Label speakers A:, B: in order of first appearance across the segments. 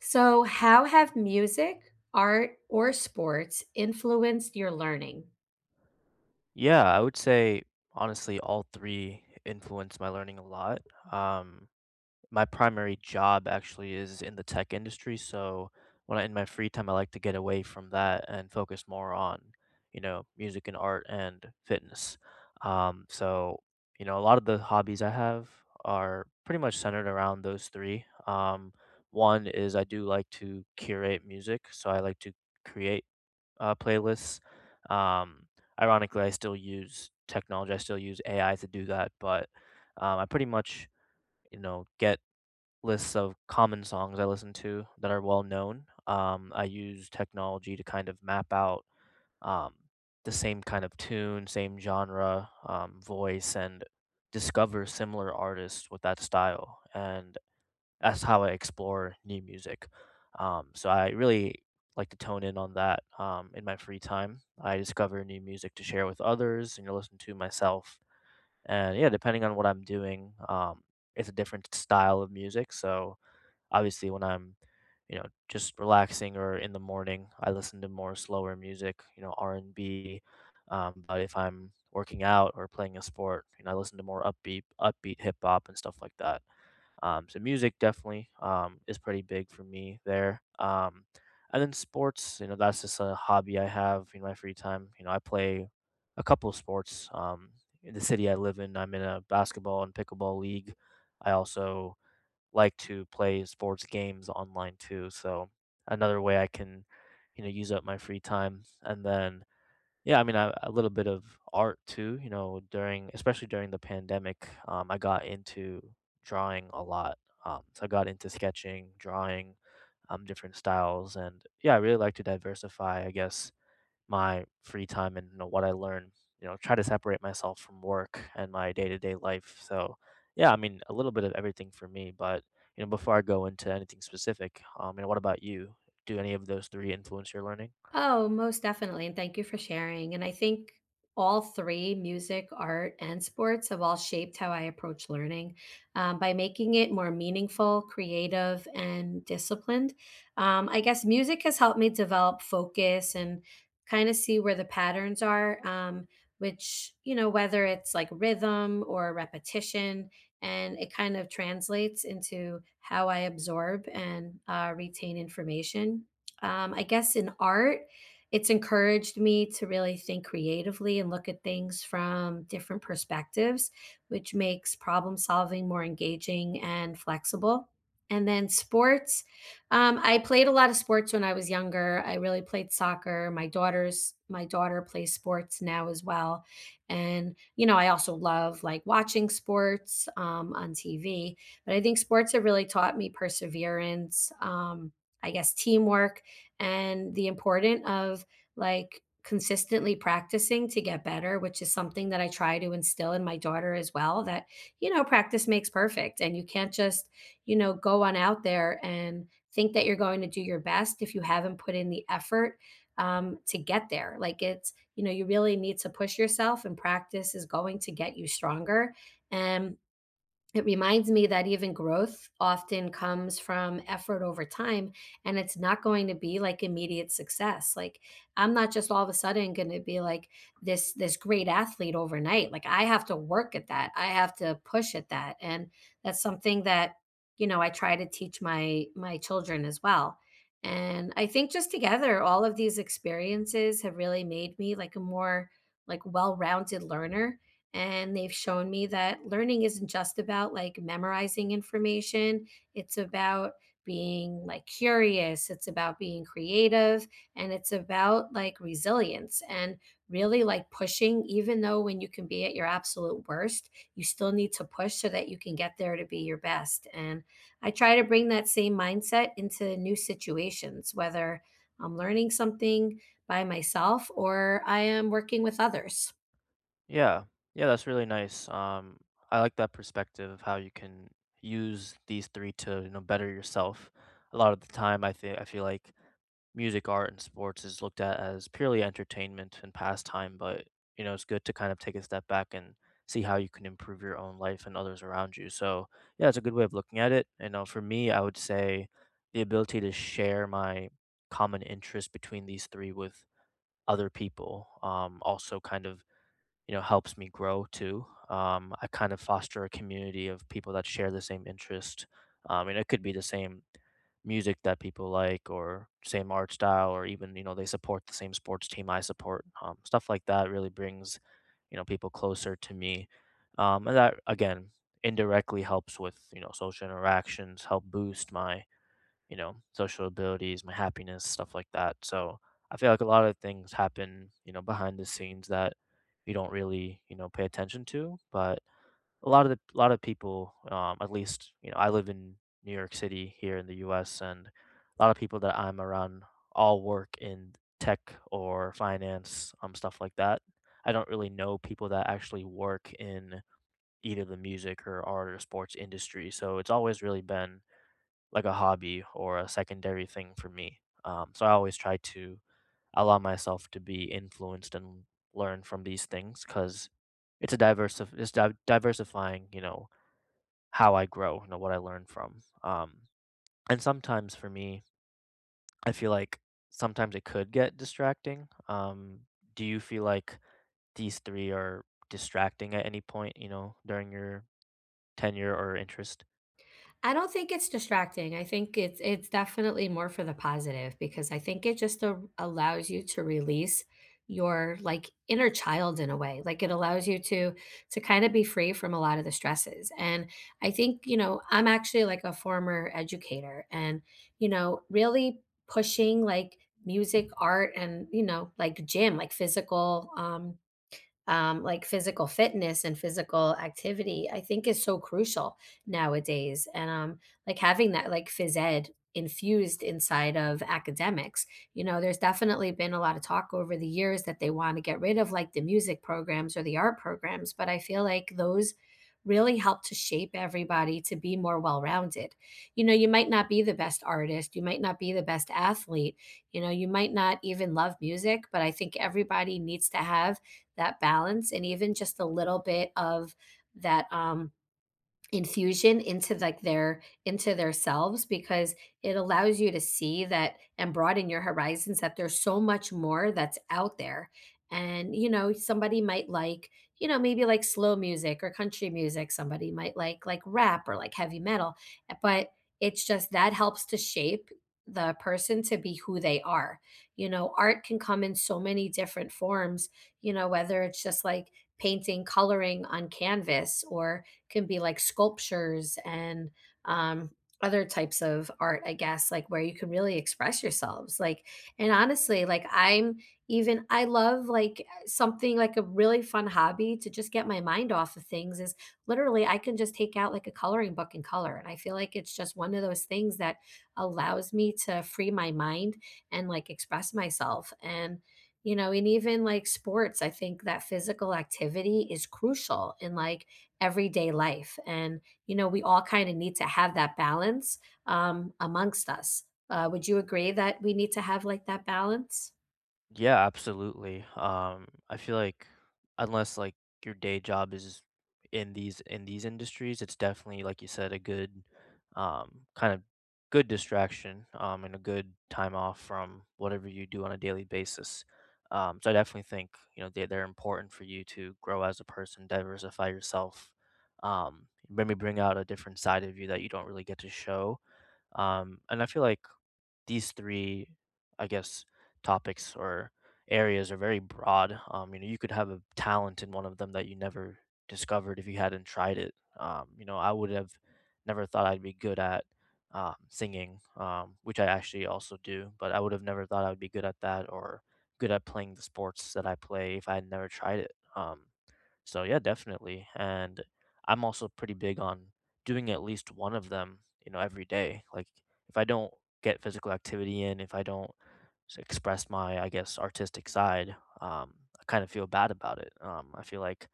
A: So, how have music, art, or sports influenced your learning?
B: Yeah, I would say honestly, all three influence my learning a lot. Um, my primary job actually is in the tech industry, so when I in my free time, I like to get away from that and focus more on, you know, music and art and fitness. So you know, a lot of the hobbies I have are pretty much centered around those three. One is I do like to curate music, so I like to create playlists. Um, Ironically, I still use technology. I still use AI to do that, but I pretty much, you know, get lists of common songs I listen to that are well known. I use technology to kind of map out um, the same kind of tune, same genre, voice, and discover similar artists with that style. And that's how I explore new music. So I really like to tone in on that in my free time. I discover new music to share with others and to listen to myself. And yeah, depending on what I'm doing, it's a different style of music. So obviously, when I'm you know just relaxing or in the morning, I listen to more slower music, you know R and B. But if I'm working out or playing a sport, you know, I listen to more upbeat, hip hop and stuff like that. So music definitely is pretty big for me there. And then sports, you know, that's just a hobby I have in my free time. You know, I play a couple of sports. In the city I live in, I'm in a basketball and pickleball league. I also like to play sports games online too. So another way I can, you know, use up my free time. And then yeah, I mean, I a little bit of art too, you know, during especially during the pandemic, I got into drawing a lot. So I got into sketching, drawing, different styles, and yeah, I really like to diversify, I guess, my free time and you know what I learn. You know, try to separate myself from work and my day to day life. So, yeah, I mean, a little bit of everything for me. But you know, before I go into anything specific, you know, what about you? Do any of those three influence your learning?
A: Oh, most definitely. And thank you for sharing. And I think all three music, art, and sports have all shaped how I approach learning by making it more meaningful, creative, and disciplined. I guess music has helped me develop focus and kind of see where the patterns are, which, you know, whether it's like rhythm or repetition, and it kind of translates into how I absorb and retain information. I guess in art, it's encouraged me to really think creatively and look at things from different perspectives, which makes problem solving more engaging and flexible. And then sports. I played a lot of sports when I was younger. I really played soccer. My daughter plays sports now as well. And you know, I also love like watching sports on TV. But I think sports have really taught me perseverance, I guess teamwork, and the importance of like consistently practicing to get better, which is something that I try to instill in my daughter as well that, you know, practice makes perfect. And you can't just, you know, go on out there and think that you're going to do your best if you haven't put in the effort to get there. Like it's, you know, you really need to push yourself and practice is going to get you stronger. And it reminds me that even growth often comes from effort over time, and it's not going to be like immediate success. Like I'm not just all of a sudden going to be like this great athlete overnight. Like I have to work at that. I have to push at that. And that's something that, you know, I try to teach my children as well. And I think just together all of these experiences have really made me like a more like well-rounded learner, and they've shown me that learning isn't just about like memorizing information. It's about being like curious, it's about being creative, and it's about like resilience, and really like pushing even though when you can be at your absolute worst, you still need to push so that you can get there to be your best. And I try to bring that same mindset into new situations, whether I'm learning something by myself or I am working with others.
B: Yeah. Yeah, that's really nice. I like that perspective of how you can use these three to, you know, better yourself. A lot of the time, I feel like music, art, and sports is looked at as purely entertainment and pastime, but you know, it's good to kind of take a step back and see how you can improve your own life and others around you. So, yeah, it's a good way of looking at it. You know, for me, I would say the ability to share my common interest between these three with other people, also kind of you know, helps me grow too. I kind of foster a community of people that share the same interest. And it could be the same music that people like or same art style or even you know they support the same sports team I support stuff like that really brings you know people closer to me and that again indirectly helps with you know social interactions help boost my you know, social abilities, my happiness, stuff like that. So I feel like a lot of things happen, you know, behind the scenes that you don't really, you know, pay attention to. But a lot of people, at least, you know, I live in New York City here in the US and a lot of people that I'm around all work in tech or finance, stuff like that. I don't really know people that actually work in either the music or art or sports industry. So it's always really been like a hobby or a secondary thing for me. So I always try to allow myself to be influenced and learn from these things because it's diversifying, you know, how I grow, you know, what I learn from. And sometimes for me, I feel like sometimes it could get distracting. Do you feel like these three are distracting at any point, you know, during your tenure or interest?
A: I don't think it's distracting. I think it's definitely more for the positive because I think it just a allows you to release your like inner child in a way. Like it allows you to kind of be free from a lot of the stresses. And I think, you know, I'm actually like a former educator and, you know, really pushing like music, art and, you know, like gym, like physical fitness and physical activity, I think is so crucial nowadays. And like having that like phys ed infused inside of academics, you know, there's definitely been a lot of talk over the years that they want to get rid of like the music programs or the art programs, but I feel like those really help to shape everybody to be more well-rounded. You know, you might not be the best artist, you might not be the best athlete, you know, you might not even love music, but I think everybody needs to have that balance and even just a little bit of that infusion into like their selves because it allows you to see that and broaden your horizons that there's so much more that's out there, and you know somebody might like, you know, maybe like slow music or country music. Somebody might like rap or like heavy metal, but it's just that helps to shape the person to be who they are. You know art can come in so many different forms, you know whether it's just like painting, coloring on canvas, or can be like sculptures and um, other types of art, I guess, like where you can really express yourselves. Like, and honestly, like I'm even, I love like something like a really fun hobby to just get my mind off of things is literally I can just take out like a coloring book and color. And I feel like it's just one of those things that allows me to free my mind and like express myself. And, you know, and even like sports, I think that physical activity is crucial in like everyday life. And, you know, we all kind of need to have that balance amongst us. Would you agree that we need to have like that balance?
B: Yeah, absolutely. I feel like unless like your day job is in these industries, it's definitely like you said a good kind of good distraction and a good time off from whatever you do on a daily basis. So I definitely think you know they're important for you to grow as a person, diversify yourself, maybe bring out a different side of you that you don't really get to show. And I feel like these three, I guess, topics or areas are very broad. You know, you could have a talent in one of them that you never discovered if you hadn't tried it. You know, I would have never thought I'd be good at singing, which I actually also do, but I would have never thought I would be good at that or good at playing the sports that I play if I had never tried it. So yeah, definitely. And I'm also pretty big on doing at least one of them, you know, every day. Like if I don't get physical activity in, if I don't express my, I guess, artistic side, um, I kind of feel bad about it. I feel like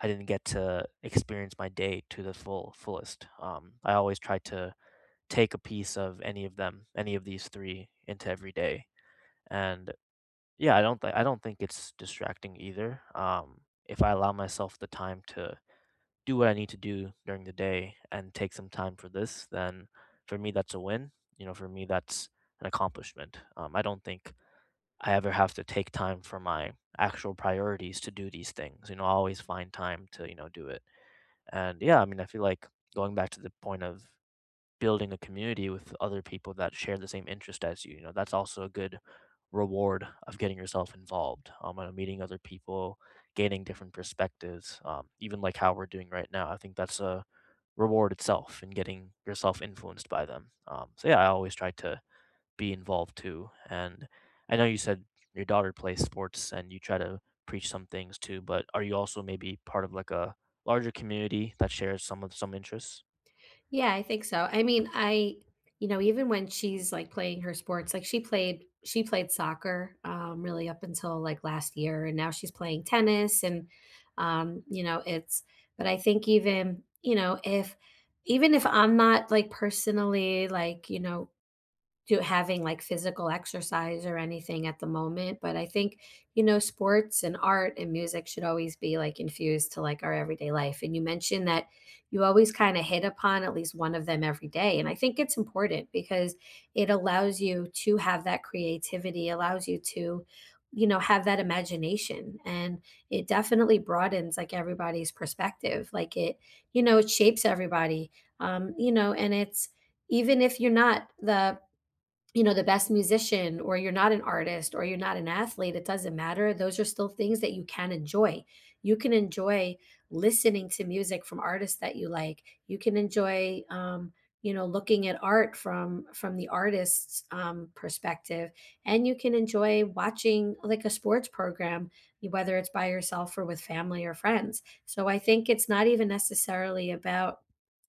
B: I didn't get to experience my day to the full fullest. I always try to take a piece of any of them, any of these three, into every day. And yeah, I don't think it's distracting either. If I allow myself the time to do what I need to do during the day and take some time for this, then for me, that's a win. You know, for me, that's an accomplishment. I don't think I ever have to take time for my actual priorities to do these things. You know, I always find time to, you know, do it. And yeah, I mean, I feel like going back to the point of building a community with other people that share the same interest as you, you know, that's also a good reward of getting yourself involved, and meeting other people, gaining different perspectives, even like how we're doing right now. I think that's a reward itself in getting yourself influenced by them. So yeah, I always try to be involved too. And I know you said your daughter plays sports and you try to preach some things too, but are you also maybe part of like a larger community that shares some interests?
A: Yeah, I think so. I mean, I, you know, even when she's like playing her sports, like she played soccer really up until like last year, and now she's playing tennis. And, you know, it's, but I think even, you know, if, even if I'm not like personally like, you know, do having like physical exercise or anything at the moment, but I think you know sports and art and music should always be like infused to like our everyday life. And you mentioned that you always kind of hit upon at least one of them every day, and I think it's important because it allows you to have that creativity, allows you to, you know, have that imagination. And it definitely broadens like everybody's perspective. Like it, you know, it shapes everybody. You know, and it's even if you're not the, you know, the best musician, or you're not an artist, or you're not an athlete, it doesn't matter. Those are still things that you can enjoy. You can enjoy listening to music from artists that you like. You can enjoy you know looking at art from the artist's perspective, and you can enjoy watching like a sports program, whether it's by yourself or with family or friends. So I think it's not even necessarily about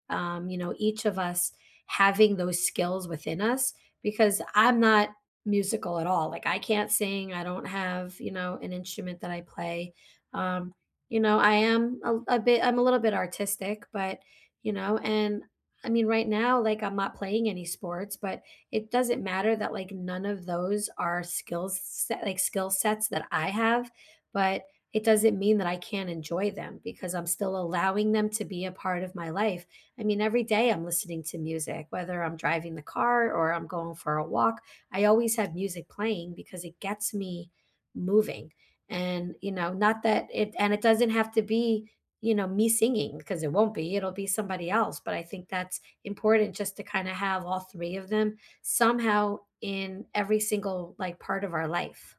A: you know, each of us having those skills within us, because I'm not musical at all. Like I can't sing. I don't have, you know, an instrument that I play. Um, you know, I am a bit, I'm a little bit artistic, but, you know, and I mean, right now, like I'm not playing any sports, but it doesn't matter that like none of those are like skill sets that I have, but it doesn't mean that I can't enjoy them because I'm still allowing them to be a part of my life. I mean, every day I'm listening to music, whether I'm driving the car or I'm going for a walk. I always have music playing because it gets me moving. And, you know, not that it, and it doesn't have to be, you know, me singing because it won't be, it'll be somebody else. But I think that's important just to kind of have all three of them somehow in every single like part of our life.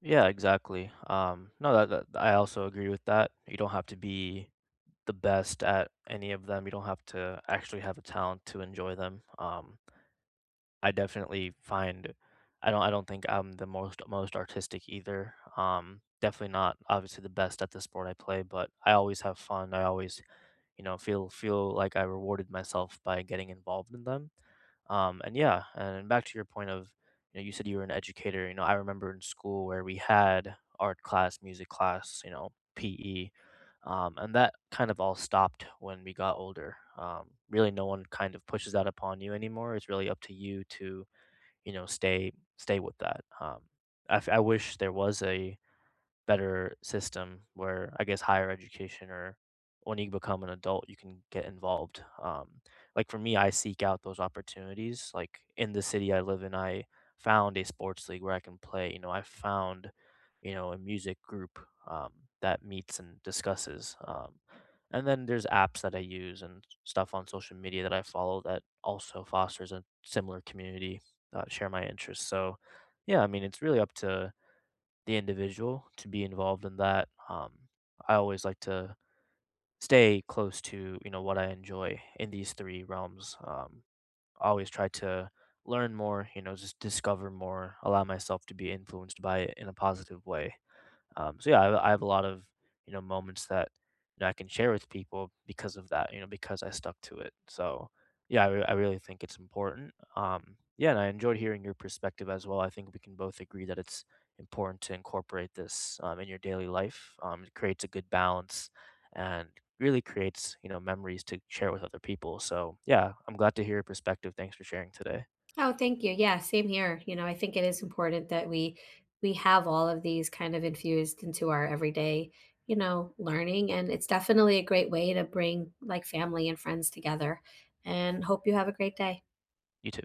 B: Yeah, exactly. No, that I also agree with that. You don't have to be the best at any of them. You don't have to actually have a talent to enjoy them. I definitely find I don't think I'm the most artistic either. Definitely not obviously the best at the sport I play, but I always have fun. I always you know, feel like I rewarded myself by getting involved in them. And yeah, and back to your point of, you know, you said you were an educator. You know, I remember in school where we had art class, music class, you know, PE, and that kind of all stopped when we got older. Really, no one kind of pushes that upon you anymore. It's really up to, you know, stay with that. I wish there was a better system where I guess higher education or when you become an adult, you can get involved. Like for me, I seek out those opportunities. Like in the city I live in, I found a sports league where I can play. You know, I found, you know, a music group um, that meets and discusses. And then there's apps that I use and stuff on social media that I follow that also fosters a similar community, share my interests. So, yeah, I mean, it's really up to the individual to be involved in that. I always like to stay close to you know what I enjoy in these three realms. I always try to learn more, you know, just discover more, allow myself to be influenced by it in a positive way. So yeah, I have a lot of, you know, moments that, you know, I can share with people because of that, you know, because I stuck to it. So yeah, I really think it's important. Yeah, and I enjoyed hearing your perspective as well. I think we can both agree that it's important to incorporate this in your daily life. It creates a good balance and really creates, you know, memories to share with other people. So yeah, I'm glad to hear your perspective. Thanks for sharing today.
A: Oh, thank you. Yeah, same here. You know, I think it is important that we have all of these kind of infused into our everyday, you know, learning, and it's definitely a great way to bring like family and friends together. And hope you have a great day.
B: You too.